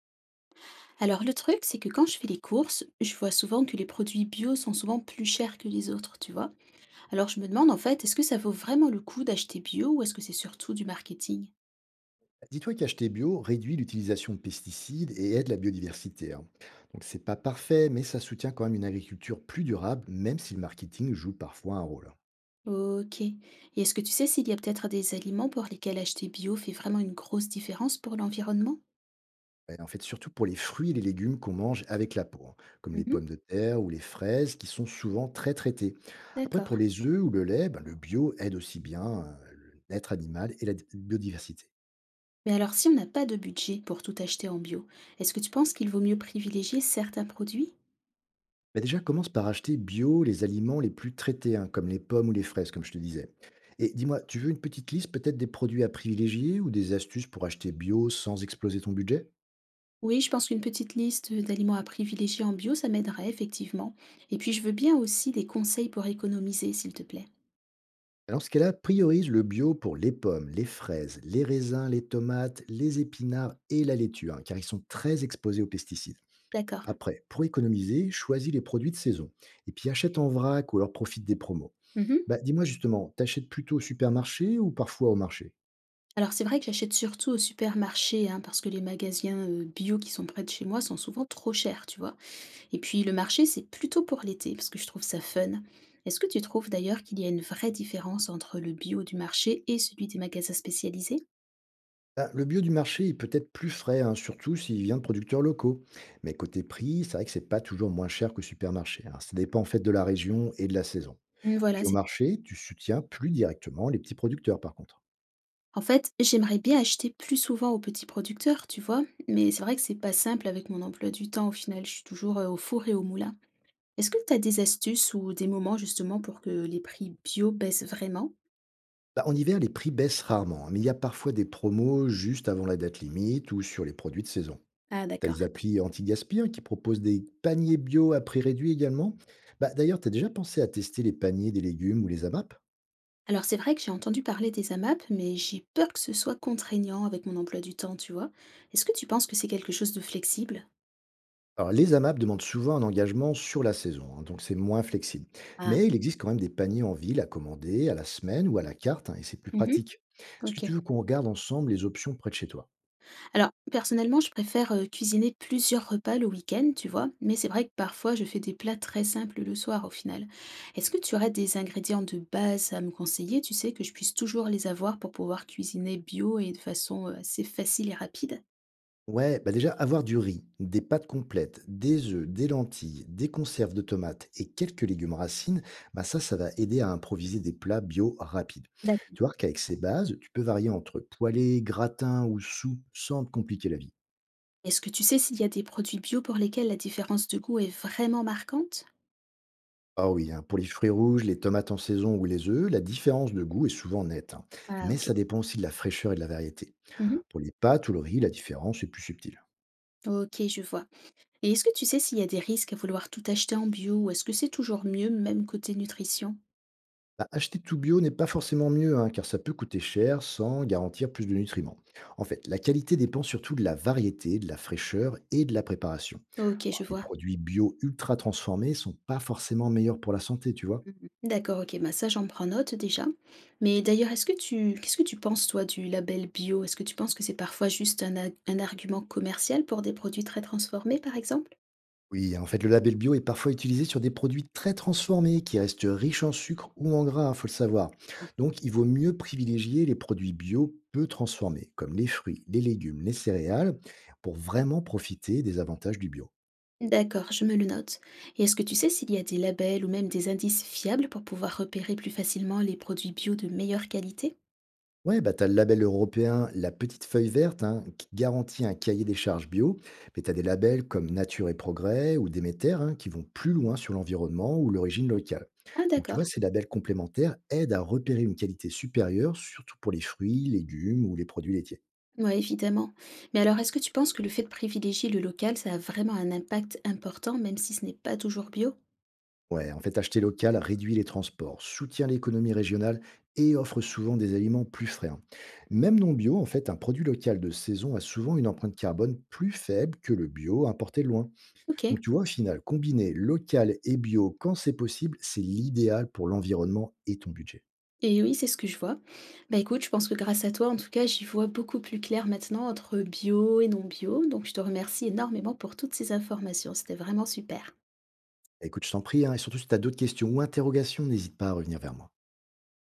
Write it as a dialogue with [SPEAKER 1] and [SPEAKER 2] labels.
[SPEAKER 1] Alors le truc, c'est que quand je fais les courses, je vois souvent que les produits bio sont souvent plus chers que les autres, tu vois. Alors je me demande en fait, est-ce que ça vaut vraiment le coup d'acheter bio ou est-ce que c'est surtout du marketing?
[SPEAKER 2] Dis-toi qu'acheter bio réduit l'utilisation de pesticides et aide la biodiversité, hein. Donc c'est pas parfait, mais ça soutient quand même une agriculture plus durable, même si le marketing joue parfois un rôle, hein.
[SPEAKER 1] Ok. Et est-ce que tu sais s'il y a peut-être des aliments pour lesquels acheter bio fait vraiment une grosse différence pour l'environnement?
[SPEAKER 2] Et en fait, surtout pour les fruits et les légumes qu'on mange avec la peau, hein, comme les
[SPEAKER 1] Mhm,
[SPEAKER 2] pommes de terre ou les fraises, qui sont souvent très traitées. Après, pour
[SPEAKER 1] d'accord.
[SPEAKER 2] les œufs ou le lait, ben, le bio aide aussi bien l'être animal et la biodiversité.
[SPEAKER 1] Mais alors si on n'a pas de budget pour tout acheter en bio, est-ce que tu penses qu'il vaut mieux privilégier certains produits?
[SPEAKER 2] Bah déjà, commence par acheter bio les aliments les plus traités, hein, comme les pommes ou les fraises, comme je te disais. Et dis-moi, tu veux une petite liste peut-être des produits à privilégier ou des astuces pour acheter bio sans exploser ton budget?
[SPEAKER 1] Oui, je pense qu'une petite liste d'aliments à privilégier en bio, ça m'aiderait effectivement. Et puis, je veux bien aussi des conseils pour économiser, s'il te plaît.
[SPEAKER 2] Alors, ce qu'elle a, priorise le bio pour les pommes, les fraises, les raisins, les tomates, les épinards et la laitue, hein, car ils sont très exposés aux pesticides.
[SPEAKER 1] D'accord.
[SPEAKER 2] Après, pour économiser, choisis les produits de saison. Et puis achète en vrac ou alors profite des promos.
[SPEAKER 1] Mhm.
[SPEAKER 2] Bah, dis-moi justement, t'achètes plutôt au supermarché ou parfois au marché?
[SPEAKER 1] Alors, c'est vrai que j'achète surtout au supermarché, hein, parce que les magasins bio qui sont près de chez moi sont souvent trop chers, tu vois. Et puis, le marché, c'est plutôt pour l'été, parce que je trouve ça fun. Est-ce que tu trouves d'ailleurs qu'il y a une vraie différence entre le bio du marché et celui des magasins spécialisés?
[SPEAKER 2] Ah, le bio du marché est peut-être plus frais, hein, surtout s'il vient de producteurs locaux. Mais côté prix, c'est vrai que c'est pas toujours moins cher que supermarché, hein. Ça dépend en fait de la région et de la saison.
[SPEAKER 1] Mm,
[SPEAKER 2] Et puis
[SPEAKER 1] voilà,
[SPEAKER 2] au
[SPEAKER 1] c'est...
[SPEAKER 2] marché, tu soutiens plus directement les petits producteurs par contre.
[SPEAKER 1] En fait, j'aimerais bien acheter plus souvent aux petits producteurs, tu vois, mais c'est vrai que c'est pas simple avec mon emploi du temps au final, je suis toujours au four et au moulin. Est-ce que tu as des astuces ou des moments justement pour que les prix bio baissent vraiment?
[SPEAKER 2] Bah, en hiver, les prix baissent rarement, hein, mais il y a parfois des promos juste avant la date limite ou sur les produits de saison.
[SPEAKER 1] Ah
[SPEAKER 2] Tu as
[SPEAKER 1] d'accord.
[SPEAKER 2] les applis anti-gaspi hein, qui proposent des paniers bio à prix réduit également. Bah, d'ailleurs, tu as déjà pensé à tester les paniers des légumes ou les AMAP?
[SPEAKER 1] Alors c'est vrai que j'ai entendu parler des AMAP, mais j'ai peur que ce soit contraignant avec mon emploi du temps, tu vois. Est-ce que tu penses que c'est quelque chose de flexible?
[SPEAKER 2] Alors, les AMAP demandent souvent un engagement sur la saison, hein, donc c'est moins flexible.
[SPEAKER 1] Ah,
[SPEAKER 2] Mais il existe quand même des paniers en ville à commander à la semaine ou à la carte, hein, et c'est plus
[SPEAKER 1] mhm,
[SPEAKER 2] pratique. Est-ce que
[SPEAKER 1] ok.
[SPEAKER 2] tu veux qu'on regarde ensemble les options près de chez toi?
[SPEAKER 1] Alors, personnellement, je préfère, cuisiner plusieurs repas le week-end, tu vois? Mais c'est vrai que parfois je fais des plats très simples le soir au final. Est-ce que tu aurais des ingrédients de base à me conseiller, tu sais, que je puisse toujours les avoir pour pouvoir cuisiner bio et de façon, assez facile et rapide?
[SPEAKER 2] Ouais, bah déjà, avoir du riz, des pâtes complètes, des œufs, des lentilles, des conserves de tomates et quelques légumes racines, bah ça, ça va aider à improviser des plats bio rapides.
[SPEAKER 1] D'accord.
[SPEAKER 2] Tu vois qu'avec ces bases, tu peux varier entre poêlés, gratins ou soupe sans te compliquer la vie.
[SPEAKER 1] Est-ce que tu sais s'il y a des produits bio pour lesquels la différence de goût est vraiment marquante?
[SPEAKER 2] Ah oui, hein, pour les fruits rouges, les tomates en saison ou les œufs, la différence de goût est souvent nette, hein,
[SPEAKER 1] Ah
[SPEAKER 2] mais
[SPEAKER 1] ok.
[SPEAKER 2] ça dépend aussi de la fraîcheur et de la variété.
[SPEAKER 1] Mmh.
[SPEAKER 2] Pour les pâtes ou le riz, la différence est plus subtile.
[SPEAKER 1] Ok, je vois. Et est-ce que tu sais s'il y a des risques à vouloir tout acheter en bio ou est-ce que c'est toujours mieux même côté nutrition?
[SPEAKER 2] Bah, acheter tout bio n'est pas forcément mieux, hein, car ça peut coûter cher sans garantir plus de nutriments. En fait, la qualité dépend surtout de la variété, de la fraîcheur et de la préparation.
[SPEAKER 1] Ok, je
[SPEAKER 2] Les
[SPEAKER 1] vois.
[SPEAKER 2] produits bio ultra transformés sont pas forcément meilleurs pour la santé, tu vois.
[SPEAKER 1] Mmh. D'accord, ok, bah, ça, j'en prends note déjà. Mais d'ailleurs, est-ce que tu qu'est-ce que tu penses toi du label bio? Est-ce que tu penses que c'est parfois juste un argument commercial pour des produits très transformés, par exemple?
[SPEAKER 2] Oui, en fait, le label bio est parfois utilisé sur des produits très transformés qui restent riches en sucre ou en gras, il faut le savoir.
[SPEAKER 1] Ah.
[SPEAKER 2] Donc, il vaut mieux privilégier les produits bio peu transformés, comme les fruits, les légumes, les céréales, pour vraiment profiter des avantages du bio.
[SPEAKER 1] D'accord, je me le note. Et est-ce que tu sais s'il y a des labels ou même des indices fiables pour pouvoir repérer plus facilement les produits bio de meilleure qualité?
[SPEAKER 2] Ouais, bah, tu as le label européen La Petite Feuille Verte, hein, qui garantit un cahier des charges bio. Mais tu as des labels comme Nature et Progrès ou Déméter, hein, qui vont plus loin sur l'environnement ou l'origine locale.
[SPEAKER 1] Ah
[SPEAKER 2] Donc, tu
[SPEAKER 1] d'accord,
[SPEAKER 2] vois, ces labels complémentaires aident à repérer une qualité supérieure, surtout pour les fruits, légumes ou les produits laitiers.
[SPEAKER 1] ouais, évidemment. Mais alors, est-ce que tu penses que le fait de privilégier le local, ça a vraiment un impact important, même si ce n'est pas toujours bio?
[SPEAKER 2] Ouais, en fait, acheter local réduit les transports, soutient l'économie régionale et offre souvent des aliments plus frais, hein. Même non bio, en fait, un produit local de saison a souvent une empreinte carbone plus faible que le bio importé de loin.
[SPEAKER 1] Ok.
[SPEAKER 2] Donc tu vois, au final, combiner local et bio quand c'est possible, c'est l'idéal pour l'environnement et ton budget.
[SPEAKER 1] Et oui, c'est ce que je vois. Bah, écoute, je pense que grâce à toi, en tout cas, j'y vois beaucoup plus clair maintenant entre bio et non bio. Donc, je te remercie énormément pour toutes ces informations. C'était vraiment super.
[SPEAKER 2] Écoute, je t'en prie, hein, et surtout si tu as d'autres questions ou interrogations, n'hésite pas à revenir vers moi.